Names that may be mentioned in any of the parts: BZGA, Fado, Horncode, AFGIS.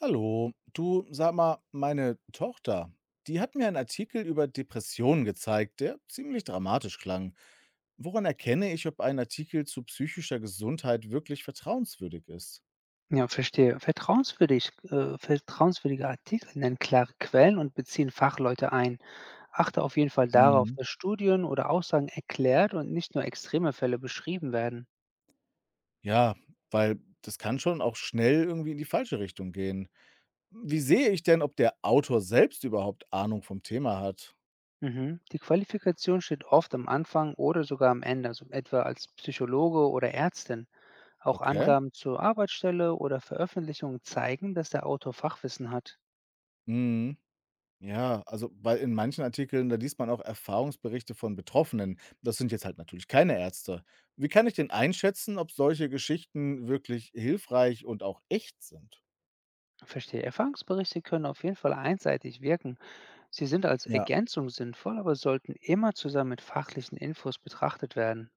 Hallo, du, sag mal, meine Tochter, die hat mir einen Artikel über Depressionen gezeigt, der ziemlich dramatisch klang. Woran erkenne ich, ob ein Artikel zu psychischer Gesundheit wirklich vertrauenswürdig ist? Ja, verstehe. Vertrauenswürdige Artikel nennen klare Quellen und beziehen Fachleute ein. Achte auf jeden Fall darauf, Mhm. dass Studien oder Aussagen erklärt und nicht nur extreme Fälle beschrieben werden. Ja, weil das kann schon auch schnell irgendwie in die falsche Richtung gehen. Wie sehe ich denn, ob der Autor selbst überhaupt Ahnung vom Thema hat? Mhm. Die Qualifikation steht oft am Anfang oder sogar am Ende, also etwa als Psychologe oder Ärztin. Auch Okay. Angaben zur Arbeitsstelle oder Veröffentlichungen zeigen, dass der Autor Fachwissen hat. Mhm. Ja, also weil in manchen Artikeln, da liest man auch Erfahrungsberichte von Betroffenen. Das sind jetzt halt natürlich keine Ärzte. Wie kann ich denn einschätzen, ob solche Geschichten wirklich hilfreich und auch echt sind? Verstehe. Erfahrungsberichte können auf jeden Fall einseitig wirken. Sie sind als Ja, Ergänzung sinnvoll, aber sollten immer zusammen mit fachlichen Infos betrachtet werden.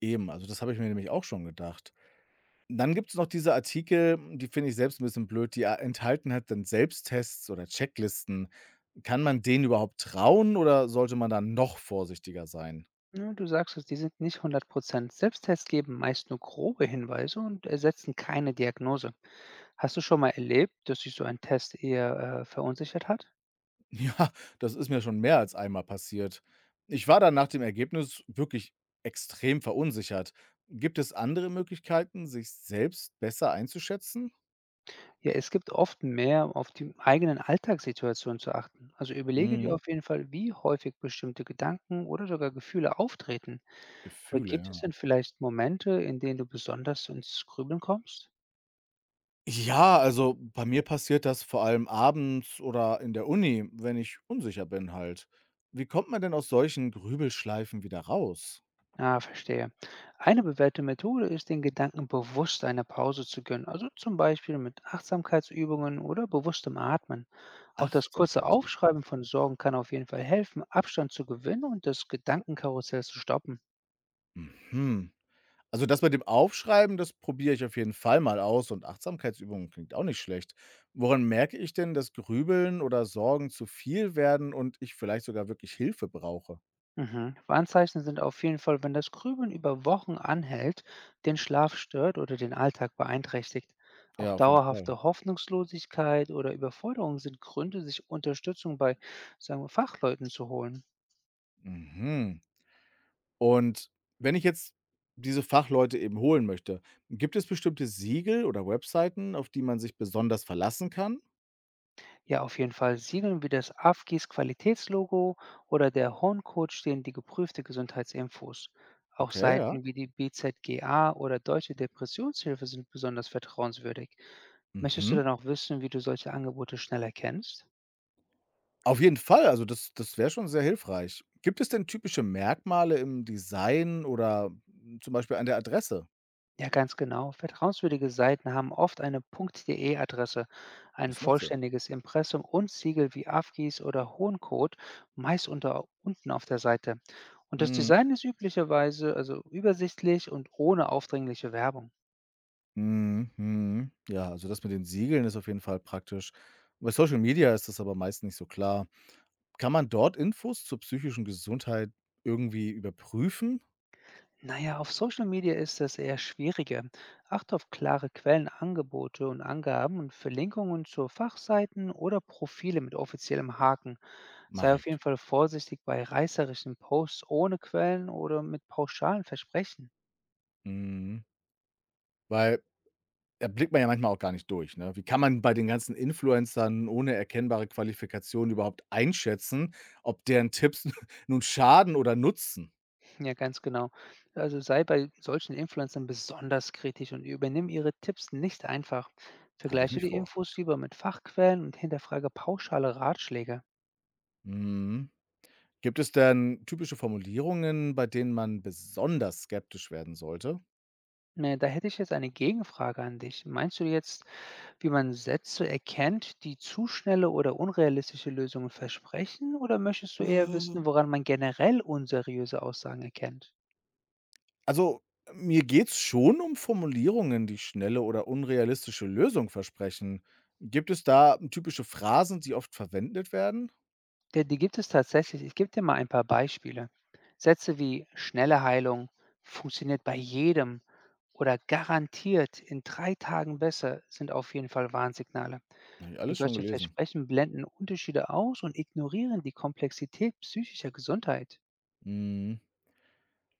eben. Also das habe ich mir nämlich auch schon gedacht. Dann gibt es noch diese Artikel, die finde ich selbst ein bisschen blöd, die enthalten halt dann Selbsttests oder Checklisten. Kann man denen überhaupt trauen oder sollte man da noch vorsichtiger sein? Ja, du sagst es, die sind nicht 100%. Selbsttests geben meist nur grobe Hinweise und ersetzen keine Diagnose. Hast du schon mal erlebt, dass sich so ein Test eher verunsichert hat? Ja, das ist mir schon mehr als einmal passiert. Ich war dann nach dem Ergebnis wirklich extrem verunsichert. Gibt es andere Möglichkeiten, sich selbst besser einzuschätzen? Ja, es gibt oft mehr auf die eigenen Alltagssituation zu achten. Also überlege dir Mhm. auf jeden Fall, wie häufig bestimmte Gedanken oder sogar Gefühle auftreten. Aber Gefühle, gibt es ja. denn vielleicht Momente, in denen du besonders ins Grübeln kommst? Ja, also bei mir passiert das vor allem abends oder in der Uni, wenn ich unsicher bin halt. Wie kommt man denn aus solchen Grübelschleifen wieder raus? Ah, verstehe. Eine bewährte Methode ist, den Gedanken bewusst eine Pause zu gönnen, also zum Beispiel mit Achtsamkeitsübungen oder bewusstem Atmen. Auch das kurze Aufschreiben Achtsamkeitsübungen. von Sorgen kann auf jeden Fall helfen, Abstand zu gewinnen und das Gedankenkarussell zu stoppen. Mhm. Also, das mit dem Aufschreiben, das probiere ich auf jeden Fall mal aus und Achtsamkeitsübungen klingt auch nicht schlecht. Woran merke ich denn, dass Grübeln oder Sorgen zu viel werden und ich vielleicht sogar wirklich Hilfe brauche? Mhm. Warnzeichen sind auf jeden Fall, wenn das Grübeln über Wochen anhält, den Schlaf stört oder den Alltag beeinträchtigt. Auch Ja, auf jeden Fall. dauerhafte Hoffnungslosigkeit oder Überforderung sind Gründe, sich Unterstützung bei, sagen wir, Fachleuten zu holen. Mhm. Und wenn ich jetzt diese Fachleute eben holen möchte, gibt es bestimmte Siegel oder Webseiten, auf die man sich besonders verlassen kann? Ja, auf jeden Fall, Siegeln wie das AFGIS Qualitätslogo oder der Horncode stehen die geprüfte Gesundheitsinfos. Auch Okay, ja. Seiten wie die BZGA oder Deutsche Depressionshilfe sind besonders vertrauenswürdig. Möchtest du Mhm. dann auch wissen, wie du solche Angebote schnell erkennst? Auf jeden Fall, also das wäre schon sehr hilfreich. Gibt es denn typische Merkmale im Design oder, hm, zum Beispiel an der Adresse? Ja, ganz genau. Vertrauenswürdige Seiten haben oft eine .de-Adresse, ein Das macht Sinn. vollständiges Impressum und Siegel wie AFGIS oder Hohncode, meist unten auf der Seite. Und das Mhm. Design ist üblicherweise also übersichtlich und ohne aufdringliche Werbung. Mhm, mhm. Ja, also das mit den Siegeln ist auf jeden Fall praktisch. Bei Social Media ist das aber meist nicht so klar. Kann man dort Infos zur psychischen Gesundheit irgendwie überprüfen? Naja, auf Social Media ist das eher schwieriger. Acht auf klare Quellenangebote und Angaben und Verlinkungen zu Fachseiten oder Profile mit offiziellem Haken. Sei Mache auf jeden ich. Fall vorsichtig bei reißerischen Posts ohne Quellen oder mit pauschalen Versprechen. Mhm. Weil da blickt man ja manchmal auch gar nicht durch, ne? Wie kann man bei den ganzen Influencern ohne erkennbare Qualifikation überhaupt einschätzen, ob deren Tipps nun schaden oder nutzen? Ja, ganz genau. Also sei bei solchen Influencern besonders kritisch und übernimm ihre Tipps nicht einfach. Hatte ich Vergleiche nicht die vor. Infos lieber mit Fachquellen und hinterfrage pauschale Ratschläge. Mhm. Gibt es denn typische Formulierungen, bei denen man besonders skeptisch werden sollte? Na, ja, da hätte ich jetzt eine Gegenfrage an dich. Meinst du jetzt, wie man Sätze erkennt, die zu schnelle oder unrealistische Lösungen versprechen? Oder möchtest du eher wissen, Äh. woran man generell unseriöse Aussagen erkennt? Also, mir geht's schon um Formulierungen, die schnelle oder unrealistische Lösung versprechen. Gibt es da typische Phrasen, die oft verwendet werden? Ja, die gibt es tatsächlich. Ich gebe dir mal ein paar Beispiele. Sätze wie schnelle Heilung funktioniert bei jedem oder garantiert in 3 Tagen besser sind auf jeden Fall Warnsignale. Habe ich Und alles schon solche gelesen. Versprechen blenden Unterschiede aus und ignorieren die Komplexität psychischer Gesundheit. Mhm.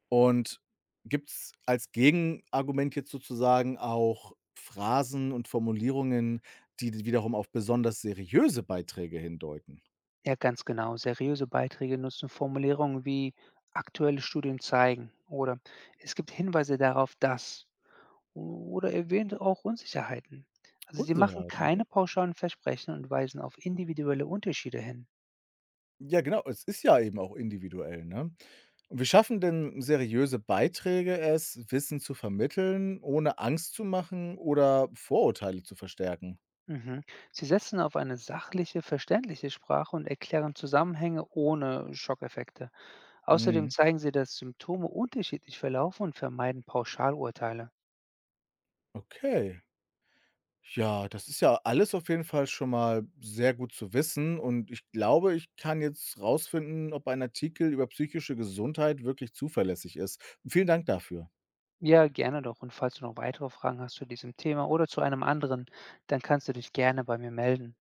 Und gibt es als Gegenargument jetzt sozusagen auch Phrasen und Formulierungen, die d wiederum auf besonders seriöse Beiträge hindeuten? Ja, ganz genau. Seriöse Beiträge nutzen Formulierungen wie aktuelle Studien zeigen oder es gibt Hinweise darauf, dass, oder erwähnt auch Unsicherheiten. Also sie machen Unsicherheiten, keine okay. pauschalen Versprechen und weisen auf individuelle Unterschiede hin. Ja, genau. Es ist ja eben auch individuell, ne? Und wie schaffen denn seriöse Beiträge es, Wissen zu vermitteln, ohne Angst zu machen oder Vorurteile zu verstärken? Mhm. Sie setzen auf eine sachliche, verständliche Sprache und erklären Zusammenhänge ohne Schockeffekte. Außerdem Mhm, zeigen sie, dass Symptome unterschiedlich verlaufen und vermeiden Pauschalurteile. okay. Ja, das ist ja alles auf jeden Fall schon mal sehr gut zu wissen und ich glaube, ich kann jetzt rausfinden, ob ein Artikel über psychische Gesundheit wirklich zuverlässig ist. Vielen Dank dafür. Ja, gerne doch. Und falls du noch weitere Fragen hast zu diesem Thema oder zu einem anderen, dann kannst du dich gerne bei mir melden.